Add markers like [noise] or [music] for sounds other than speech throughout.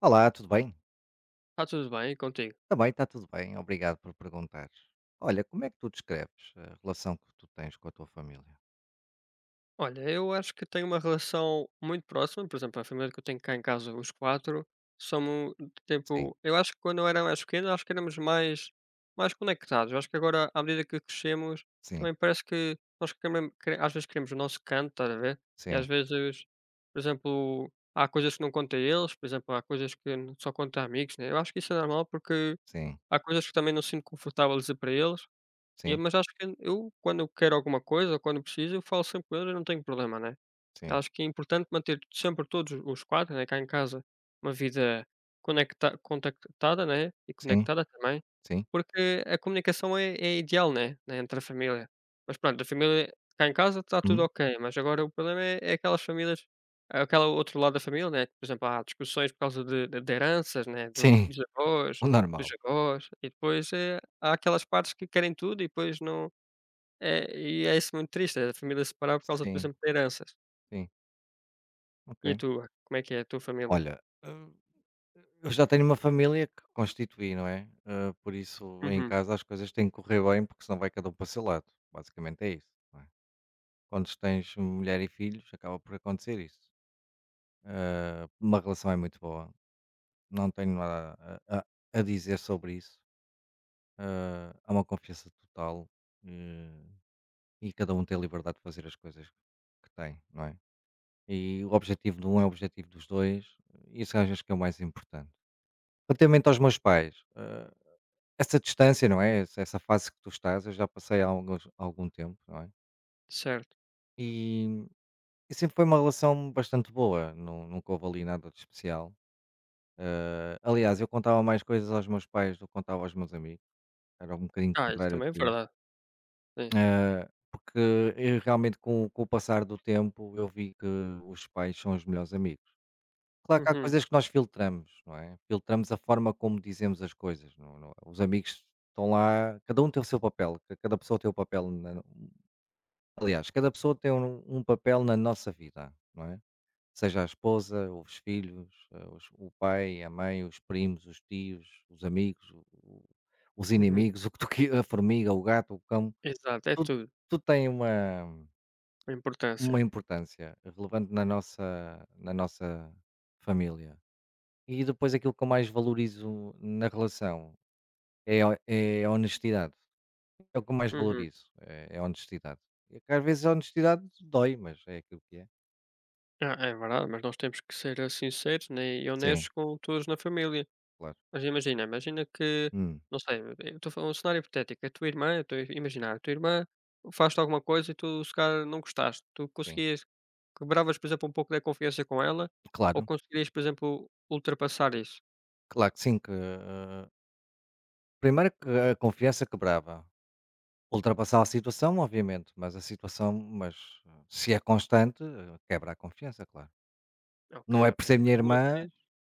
Olá, tudo bem? Está tudo bem e contigo? Também está tudo bem, obrigado por perguntar. Olha, como é que tu descreves a relação que tu tens com a tua família? Olha, eu acho que tenho uma relação muito próxima, por exemplo, a família que eu tenho cá em casa, os quatro, somos Sim, tipo, eu acho que quando eu era mais pequeno, acho que éramos mais conectados. Eu acho que agora, à medida que crescemos, sim, também parece que nós queremos, às vezes queremos o nosso canto, estás a ver? E sim, às vezes, por exemplo, há coisas que não conto a eles, por exemplo, há coisas que só conto a amigos, né? Eu acho que isso é normal porque sim, há coisas que também não sinto confortável a dizer para eles. E sim, mas acho que eu quando eu quero alguma coisa, ou quando preciso, eu falo sempre com ele e não tenho problema, né. sim, Acho que é importante manter sempre todos os quatro, né, cá em casa, uma vida conecta contactada, né, e sim, conectada também, sim, porque a comunicação é ideal, né, entre a família. Mas pronto, a família cá em casa está tudo hum, ok, mas agora o problema é aquelas famílias, aquela outro lado da família, né, que, por exemplo, há discussões por causa de heranças, né, dos sim, [laughs] bisavós, o dos normal. avós, e depois, há aquelas partes que querem tudo e depois não é, e é isso muito triste, é a família se separar por causa, por Sim, exemplo, de heranças. sim, E a ok. tua? Como é que é a tua família? Olha, eu já tenho uma família que constituí, não é? Por isso, em Uhum. casa as coisas têm que correr bem, porque senão vai cada um para o seu lado. Basicamente é isso. Não é? Quando tens mulher e filhos, acaba por acontecer isso. Uma relação é muito boa, não tenho nada a, a- a dizer sobre isso. Há uma confiança total, eh, e cada um tem a liberdade de fazer as coisas que tem, não é? E o objetivo de um é o objetivo dos dois, e isso acho que é o mais importante. Relativamente aos meus pais, essa distância, não é? Essa fase que tu estás, eu já passei há algum tempo, não é? Certo. E, e sempre foi uma relação bastante boa, nunca houve ali nada de especial. Aliás, eu contava mais coisas aos meus pais do que contava aos meus amigos. Era um bocadinho Ah, isso contrário também é de ti. verdade, sim. Ah, porque eu realmente com o passar do tempo eu vi que os pais são os melhores amigos. Claro que há Uhum, coisas que nós filtramos, não é? Filtramos a forma como dizemos as coisas, não é? Os amigos estão lá, cada um tem o seu papel, ca cada pessoa tem o papel na, aliás, cada pessoa tem um papel na nossa vida, não é? Seja a esposa, os filhos, ah, os o pai, a mãe, os primos, os tios, os amigos, o os uhum. inimigos, [laughs] o que tu que a formiga, o gato, o cão, Exato, é tudo, tudo, tudo tem uma, a importância. uma importância relevante na nossa família. E depois aquilo que eu mais valorizo na relação é, é a honestidade. É o que eu mais Uhum. valorizo, é a honestidade. E que às vezes a honestidade dói, mas é aquilo que é. Ah, é verdade, mas nós temos que ser, sinceros, né, e Sim, honestos com todos na família. claro. Mas imagina que, Hum, não sei, eu estou a falar um cenário hipotético, a tua irmã, eu estou a imaginar, a tua irmã faz-te alguma coisa e tu se calhar não gostaste, tu sim. conseguias quebravas, por exemplo, um pouco da confiança com ela, ou Claro, conseguirias, por exemplo, ultrapassar isso? claro que sim. Que, primeiro que a confiança quebrava. Ultrapassar a situação, obviamente, mas a situação, mas se é constante, quebra a confiança, claro. Ok, Não é por ok, ser minha acho que uma irmã vez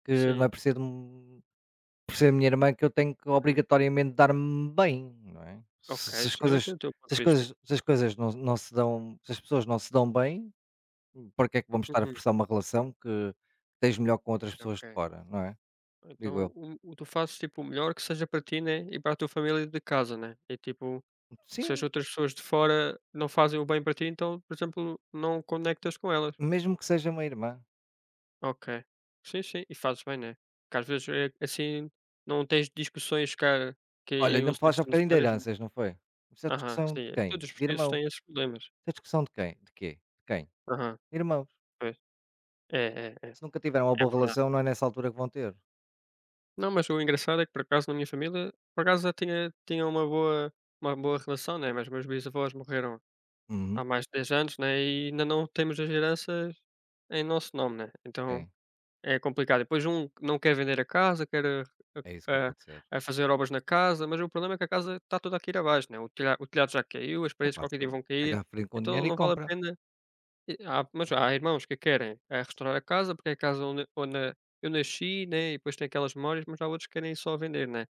que não é sim. Por ser minha irmã que eu tenho que Uhum. obrigatoriamente dar-me bem, não é? Se Ok, se as eu coisas entendo o teu se ponto as de vista. coisas se as coisas não se dão, se as pessoas não se dão bem, para que é que vamos estar a Uhum, forçar uma relação que tens melhor com outras pessoas ok. de fora, não é? Digo Então, eu. o tu fazes tipo o melhor que seja para ti, né? E para a tua família de casa, né? E tipo, se as Sim, outras pessoas de fora não fazem o bem para ti, então, por exemplo, não conectas com elas. mesmo que seja uma irmã. Ok. Sim, sim. E fazes bem, né? Porque às vezes é assim, não tens discussões cara, que Olha, não iam me ser falaste há bocadinho de desnecessárias, né? heranças, não foi? Isso é Aham, discussão de sim. Quem? Todos os De países irmãos. têm esses problemas. Isso é discussão de quem? De quê? De quem? Aham, Irmãos. pois. É, é, é. Se nunca tiveram uma É boa verdade. relação, não é nessa altura que vão ter. Não, mas o engraçado é que por acaso na minha família, por acaso eu tinha uma boa relação, né, mas meus bisavós morreram há Uhum. mais de 10 anos, né, e ainda não temos as heranças em nosso nome, né, então Sim. é complicado. Depois um não quer vender a casa, quer É isso que eu a estou a dizer. a a fazer obras na casa, mas o problema é que a casa está toda a cair abaixo, né, o telhado já caiu, as É paredes qualquer fácil, dia vão chega cair, à frente com então dinheiro não e vale a compra, pena e há mas há irmãos que querem, restaurar a casa, porque é a casa onde eu nasci, né, e depois tem aquelas memórias, mas há outros que querem só vender, né.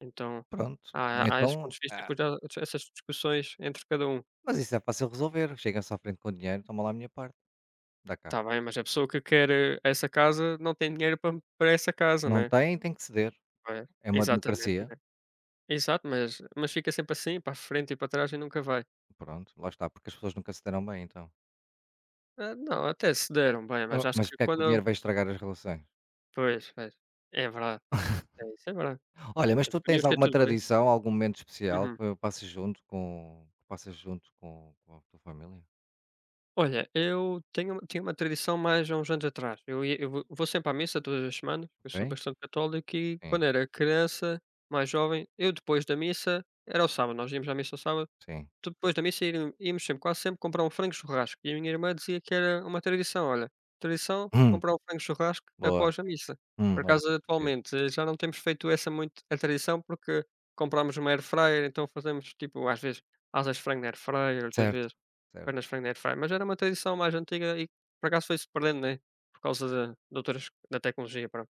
Então, pronto. há esses Então, pontos de vista e ah, depois há essas discussões entre cada um. mas isso é fácil resolver, chega-se à frente com dinheiro, toma lá a minha parte, dá cá. Está bem, mas a pessoa que quer, essa casa não tem dinheiro para essa casa, Não né. tem, tem que ceder, É, é uma exatamente, democracia, né. Exato, mas fica sempre assim, para a frente e para trás e nunca vai. pronto, lá está, porque as pessoas nunca se deram bem então. Ah, não, até se deram bem, Ah, mas acho mas que porque é que o quando dinheiro vai estragar as relações? pois, pois. É verdade, é isso é verdade. Olha, mas tu Podia tens ser alguma tudo bem. tradição, algum momento especial Uhum. que passas junto com que passas junto com a tua família? Olha, eu tenho tinha uma tradição mais há uns anos atrás. Eu vou sempre à missa todas as semanas, eu sou Ok? bastante católico e Sim, quando era criança, mais jovem, eu depois da missa era o sábado, nós íamos à missa ao sábado, sim. depois da missa íamos sempre, quase sempre comprar um frango churrasco e a minha irmã dizia que era uma tradição, olha, tradição Hum, comprar um frango churrasco boa. após a missa. Por Olha acaso que giro. atualmente, já não temos feito essa muito a tradição porque comprámos uma air fryer. Então fazemos tipo, às vezes, asas de frango na air fryer, outras Certo, vezes certo. pernas de frango na airfryer, mas era uma tradição mais antiga e por acaso foi-se perdendo, né, por causa da de outras da tecnologia, pronto.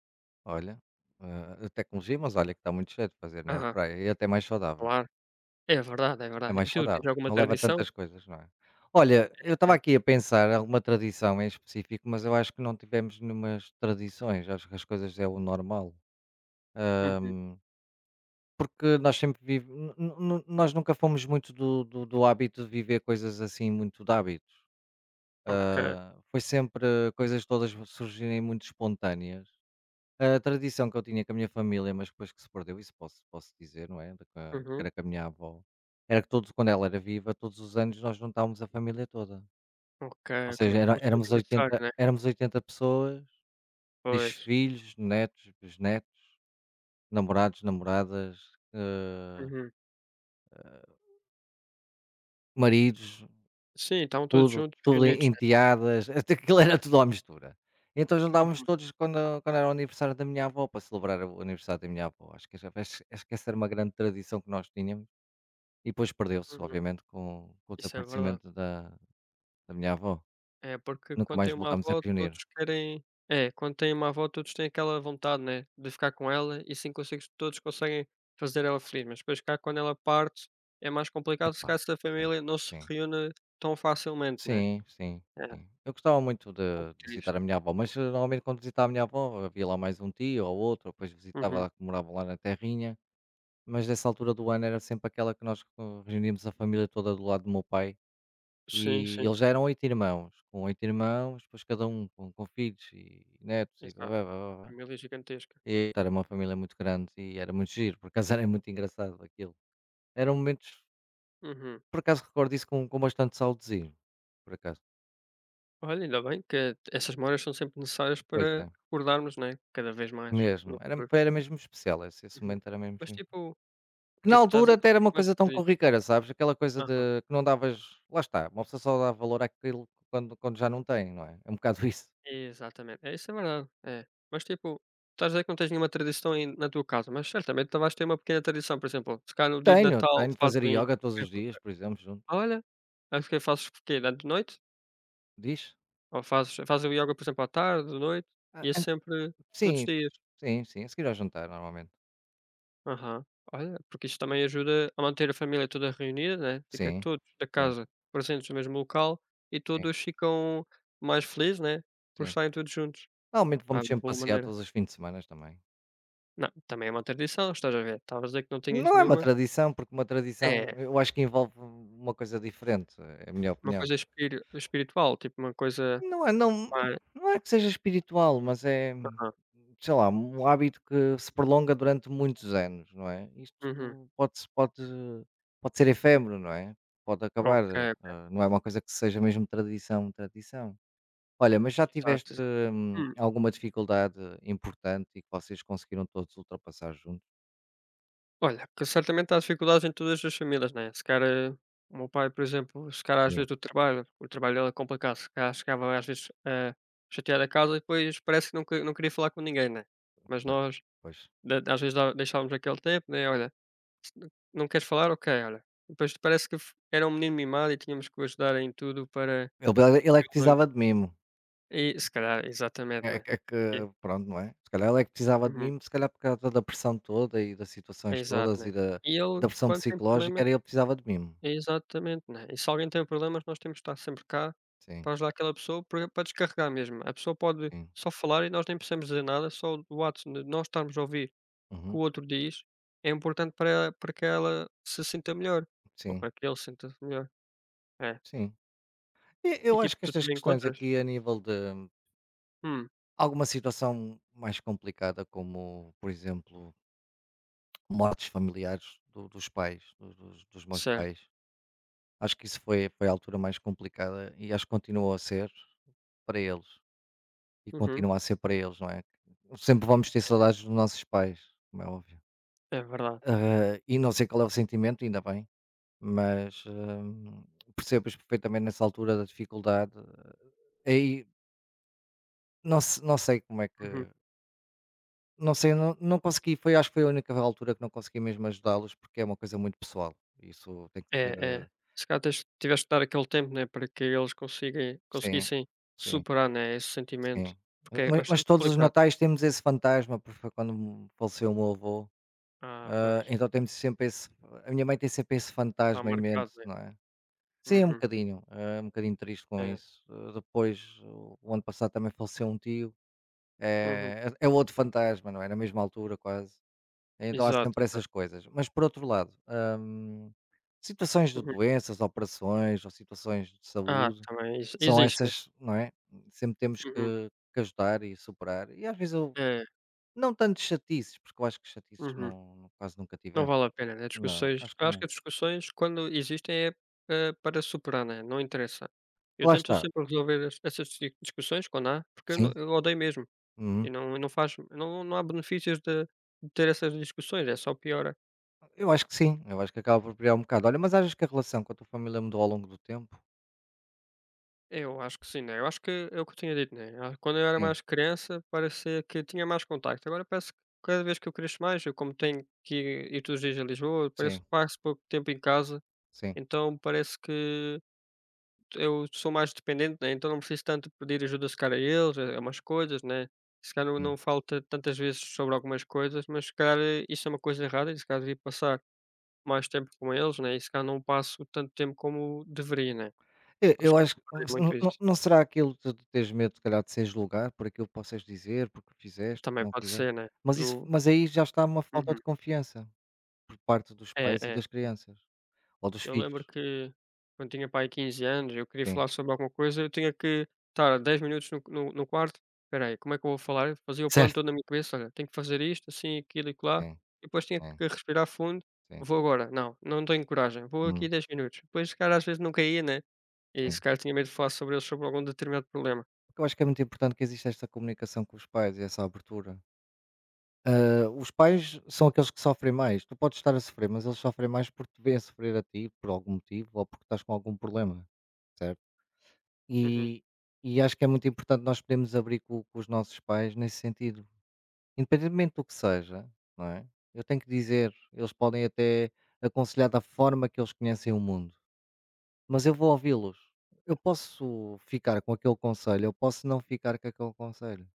Olha, a tecnologia, mas olha que está muito cheio de fazer na Aham, airfryer e é até mais saudável. claro. É verdade, é É verdade. E mais tu saudável, tens alguma não leva tradição? tantas coisas, não é? Olha, eu estava É. aqui a pensar em alguma tradição em específico, mas eu acho que não tivemos nenhumas tradições, acho que as coisas é o normal. Uhum. Hã, Porque nós sempre vive nós nunca fomos muito do hábito de viver coisas assim muito de hábitos. Ok. Foi sempre coisas todas surgirem muito espontâneas. A tradição que eu tinha com a minha família, mas depois que se perdeu, isso posso dizer, não é, da que a que Uhum. era com a minha avó, era que todos quando ela era viva, todos os anos nós juntávamos a família toda. Ok, Ou ok. seja, era O seu aniversário, né? éramos 80 pessoas, 10 Pois. filhos, netos, bisnetos, namorados, namoradas, eh, Uhum. maridos, Sim, estavam todos tudo, juntos, tudo reunidos, né? enteadas, [laughs] até aquilo era tudo à mistura. Então juntávamos Uhum, todos quando era o aniversário da minha avó, para celebrar o aniversário da minha avó. Acho que essa era uma grande tradição que nós tínhamos. E depois perdeu-se, uhum. obviamente, com o Isso é verdade. desaparecimento da minha avó. É, porque Nunca quando mais tem uma voltámos a avó reunir. todos querem é, quando tem uma avó todos têm aquela vontade, né, de ficar com ela e assim consegues todos conseguem fazer ela feliz, mas depois cá quando ela parte, é mais complicado, se Epá, calhar se a sim, família não se sim. reúne tão facilmente, né. Sim, sim, É, um sim. Eu gostava muito de pouco de triste. visitar a minha avó, mas, normalmente quando visitava a minha avó havia lá mais um tio ou outro, depois visitava Uhum. lá que morava lá na terrinha, mas nessa altura do ano era sempre aquela que nós co reuníamos a família toda do lado do meu pai, Sim, e sim, eles já eram 8 irmãos, com 8 irmãos, depois cada um com filhos e netos e blá, exato. blá, blá, blá. Família gigantesca. E era uma família muito grande e era muito giro, por acaso [laughs] era muito engraçado aquilo. Eram momentos, Uhum. por acaso recordo isso com bastante saudosismo, por acaso. Olha, ainda bem que essas memórias são sempre necessárias Pois é, para recordarmos, né, cada vez mais mesmo, no era, futuro. era mesmo especial, esse Uhum. momento era mesmo. Mas tipo Que na tipo, estás altura a dizer que até não era tens uma coisa tão nenhuma. corriqueira, sabes? Aquela coisa de que não davas, lá está, uma pessoa só dá valor àquilo quando já não tem, não é? É um bocado [laughs] isso. Exatamente. É, isso é verdade. É. Mas, tipo, estás a dizer que não tens nenhuma tradição na tua casa, mas certamente tu vais ter uma pequena tradição, por exemplo, se calhar no dia de Tenho, Natal tenho de fazer fazem yoga todos é os co dias, por exemplo, junto. olha, acho que fazes o quê? De noite? Diz? Ou fazes o ioga, por exemplo, à tarde, de noite? Ah, E é antes- sempre todos os sim, dias. sim, sim, a seguir ao jantar, normalmente. Aham. Olha, porque isso também ajuda a manter a família toda reunida, né, fica Sim, todos da sim, casa presentes no mesmo local e sim, todos ficam mais felizes, né, por sim. estarem todos juntos. Normalmente Ah, vamos uma sempre boa passear maneira. todos os fins de semana também. Não, também é uma tradição, estás a ver? Estavas a dizer que não tinhas Não é uma nenhuma. tradição, porque uma tradição É, eu acho que envolve uma coisa diferente, é a minha uma opinião. coisa espiritual, tipo uma coisa Não é, não, mais não é que seja espiritual, mas é, aham, sei lá, um hábito que se prolonga durante muitos anos, não é? uhum, Isto pode, pode, pode ser efêmero, não é? Pode acabar, ok, não é uma coisa que seja mesmo tradição, tradição. Olha, mas já exato, tiveste exato. Hum, alguma dificuldade importante e que vocês conseguiram todos ultrapassar juntos? olha, que certamente há dificuldades em todas as famílias, né? Se calhar, o meu pai, por exemplo, se calhar às vezes do trabalho, o trabalho dele é complicado, se calhar chegava às vezes a chatear a casa e depois parece que que não queria falar com ninguém, né? Mas Exato, nós, pois. da às vezes dá deixávamos aquele tempo, né? Olha, não queres falar? Ok, olha. Depois parece que f era um menino mimado e tínhamos que o ajudar em tudo para Ele ele é que precisava de mimo. e se calhar, exatamente, né. É E que Pronto, não é? Se calhar ele é que precisava de uhum, mimo, se calhar por causa da pressão toda e das situações exato, todas né. e da E ele da pressão quando tem psicológica, problemas era ele que precisava de mimo. é exatamente, né. E se alguém tem problemas nós temos de estar sempre cá Sim, para ajudar aquela pessoa para descarregar mesmo. A pessoa pode sim. só falar e nós nem precisamos dizer nada, só o ato de nós estarmos a ouvir o que o Uhum. outro diz é importante para que ela se sinta melhor, ou Sim, para que ele se sinta melhor. É. sim. E E eu acho tipo, que tu estas também questões encontras? aqui a nível de Hum. alguma situação mais complicada, como, por exemplo, mortes familiares do dos pais, do dos dos meus Certo. pais, acho que isso foi a altura mais complicada e acho que continua a ser para eles. E Uhum. continua a ser para eles, não é? Sempre vamos ter saudades dos nossos pais, como é óbvio. É verdade. Ah, e não sei qual é o sentimento, ainda bem, mas percebo perfeitamente nessa altura da dificuldade. Aí não, não sei como é que. Uhum. Não sei, não consegui. Foi, acho que foi a única altura que não consegui mesmo ajudá-los, porque é uma coisa muito pessoal. Isso tem que ser. É, é. Se calhar tens tiveste de dar aquele tempo, né, para que eles consigam Sim, conseguissem sim, superar, né, esse sentimento, sim. porque é Mas bastante todos os complicado. natais temos esse fantasma, porque foi quando faleceu o meu avô. Ah, Ah, pois. então temos sempre esse, a minha mãe tem sempre esse Está fantasma em marcado, mente, né. não é? Sim, Uhum. É um bocadinho triste com É. isso. Depois, o ano passado também faleceu um tio, Uhum. é outro fantasma, não é? Na mesma altura quase. Então há Exato, sempre essas exato. coisas. Mas por outro lado, hum, situações de Uhum. doenças, operações ou situações de Ah, saúde, também exi são existe, né. essas, não é? Sempre temos Uhum. que ajudar e superar. E às vezes eu É. não tanto chatices, porque eu acho que chatices Uhum. não quase nunca Não tivemos. vale a pena, né, Não, discussões acho eu que acho que não. as discussões quando existem é, para superar, né, não interessa. Eu Lá tento está. sempre resolver es essas di discussões quando há, porque eu não Sim. eu odeio mesmo. E Uhum. não não faz não há benefícios de ter essas discussões, é só piora. Eu acho que sim, eu acho que acaba por criar um bocado. Olha, mas achas que a relação com a tua família mudou ao longo do tempo? Eu acho que sim, né, eu acho que é o que eu tinha dito, né, quando eu era Sim, mais criança parecia que tinha mais contacto, agora parece que cada vez que eu cresço mais, eu como tenho que ir todos os dias a Lisboa, parece sim, que passo pouco tempo em casa, sim, então parece que eu sou mais dependente, né, então não preciso tanto pedir ajuda se calhar a eles, a umas coisas, né, se calhar não sim. não falta tantas vezes sobre algumas coisas, mas se calhar isso é uma coisa errada e se calhar devia passar mais tempo com eles, né, e se calhar não passo tanto tempo como deveria, né. E Acho eu que acho que estou a não perder muito não isso. não será aquilo de tu teres medo, se calhar, de seres julgado por aquilo que possas dizer, porque fizeste, porque Também não pode fizeste, ser, né. mas isso Eu mas aí já está uma falta de Uhum. confiança por parte dos É, pais e é. das crianças, ou dos Eu lembro filhos. que quando tinha pai aí 15 anos, eu queria Sim. falar sobre alguma coisa, eu tinha que estar 10 minutos no quarto. "Peraí, como é que eu vou falar?" Fazia o plano Certo. todo na minha cabeça: "Olha, tenho que fazer isto, assim, aquilo e acolá", Sim, e depois tinha sim, que respirar fundo. sim. "Vou agora. Não, não tenho coragem. Vou Hum, aqui 10 minutos." Depois, se calhar, às vezes não caía, né, e se sim. calhar tinha medo de falar sobre algum determinado problema. Porque eu acho que é muito importante que exista esta comunicação com os pais e essa abertura. Ah, os pais são aqueles que sofrem mais. Tu podes estar a sofrer, mas eles sofrem mais porque te vêm a sofrer a ti, por algum motivo, ou porque estás com algum problema, certo? Uhum, E, e acho que é muito importante nós podermos abrir com os nossos pais nesse sentido. Independentemente do que seja, não é? Eu tenho que dizer, eles podem até aconselhar da forma que eles conhecem o mundo, mas eu vou ouvi-los. Eu posso ficar com aquele conselho, eu posso não ficar com aquele conselho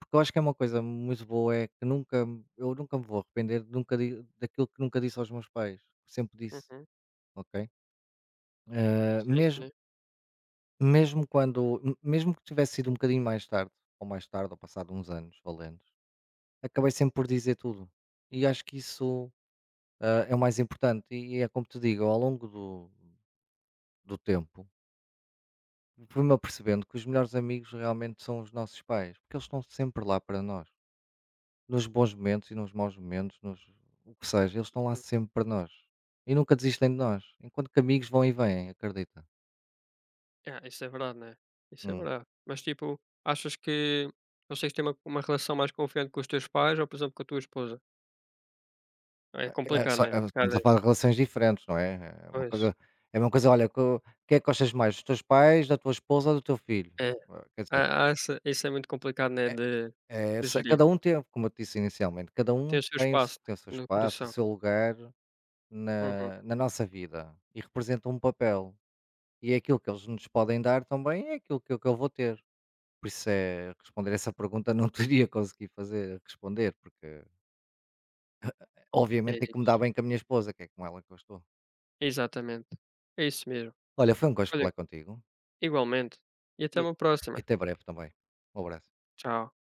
porque eu acho que é uma coisa muito boa, é que nunca me eu nunca me vou arrepender, nunca di daquilo que nunca disse aos meus pais, sempre disse, uhum. ok? Eh, Sim, mesmo sim. mesmo quando m mesmo que tivesse sido um bocadinho mais tarde, ou passado uns anos valentes, acabei sempre por dizer tudo. E acho que isso, ah, é o mais importante e é como te digo, ao longo do tempo, fui-me apercebendo que os melhores amigos realmente são os nossos pais, porque eles estão sempre lá para nós. Nos bons momentos e nos maus momentos, nos, o que seja, eles estão lá Hum. sempre para nós. E nunca desistem de nós, enquanto que amigos vão e vêm, acredita. É, isso é verdade, né? Isso é Hum, verdade. Mas, tipo, achas que vocês têm uma relação mais confiante com os teus pais ou, por exemplo, com a tua esposa? É É. complicado, Só né? Se estamos calhar a falar é. de relações diferentes, não é? É uma Pois. coisa, é uma coisa, olha, o que é que gostas mais, dos teus pais, da tua esposa ou do teu filho? É. Ah, quer dizer, Há essa isso é muito complicado, né, É de é de se gerir. cada um tem, como eu te disse inicialmente, cada Tem um o seu tem o se espaço, tem o seu né, no espaço, o coração. seu lugar Uhum. na nossa vida e representa um papel. E é aquilo que eles nos podem dar também é aquilo que eu vou ter. Por isso é responder essa pergunta não [laughs] teria conseguido fazer responder, porque É obviamente tem que me isso. dar bem com a minha esposa, que é com ela que eu estou. Exatamente. É isso mesmo. Olha, foi um gosto Olha, falar contigo igualmente. E até e uma e próxima. até breve também. Um abraço. Tchau.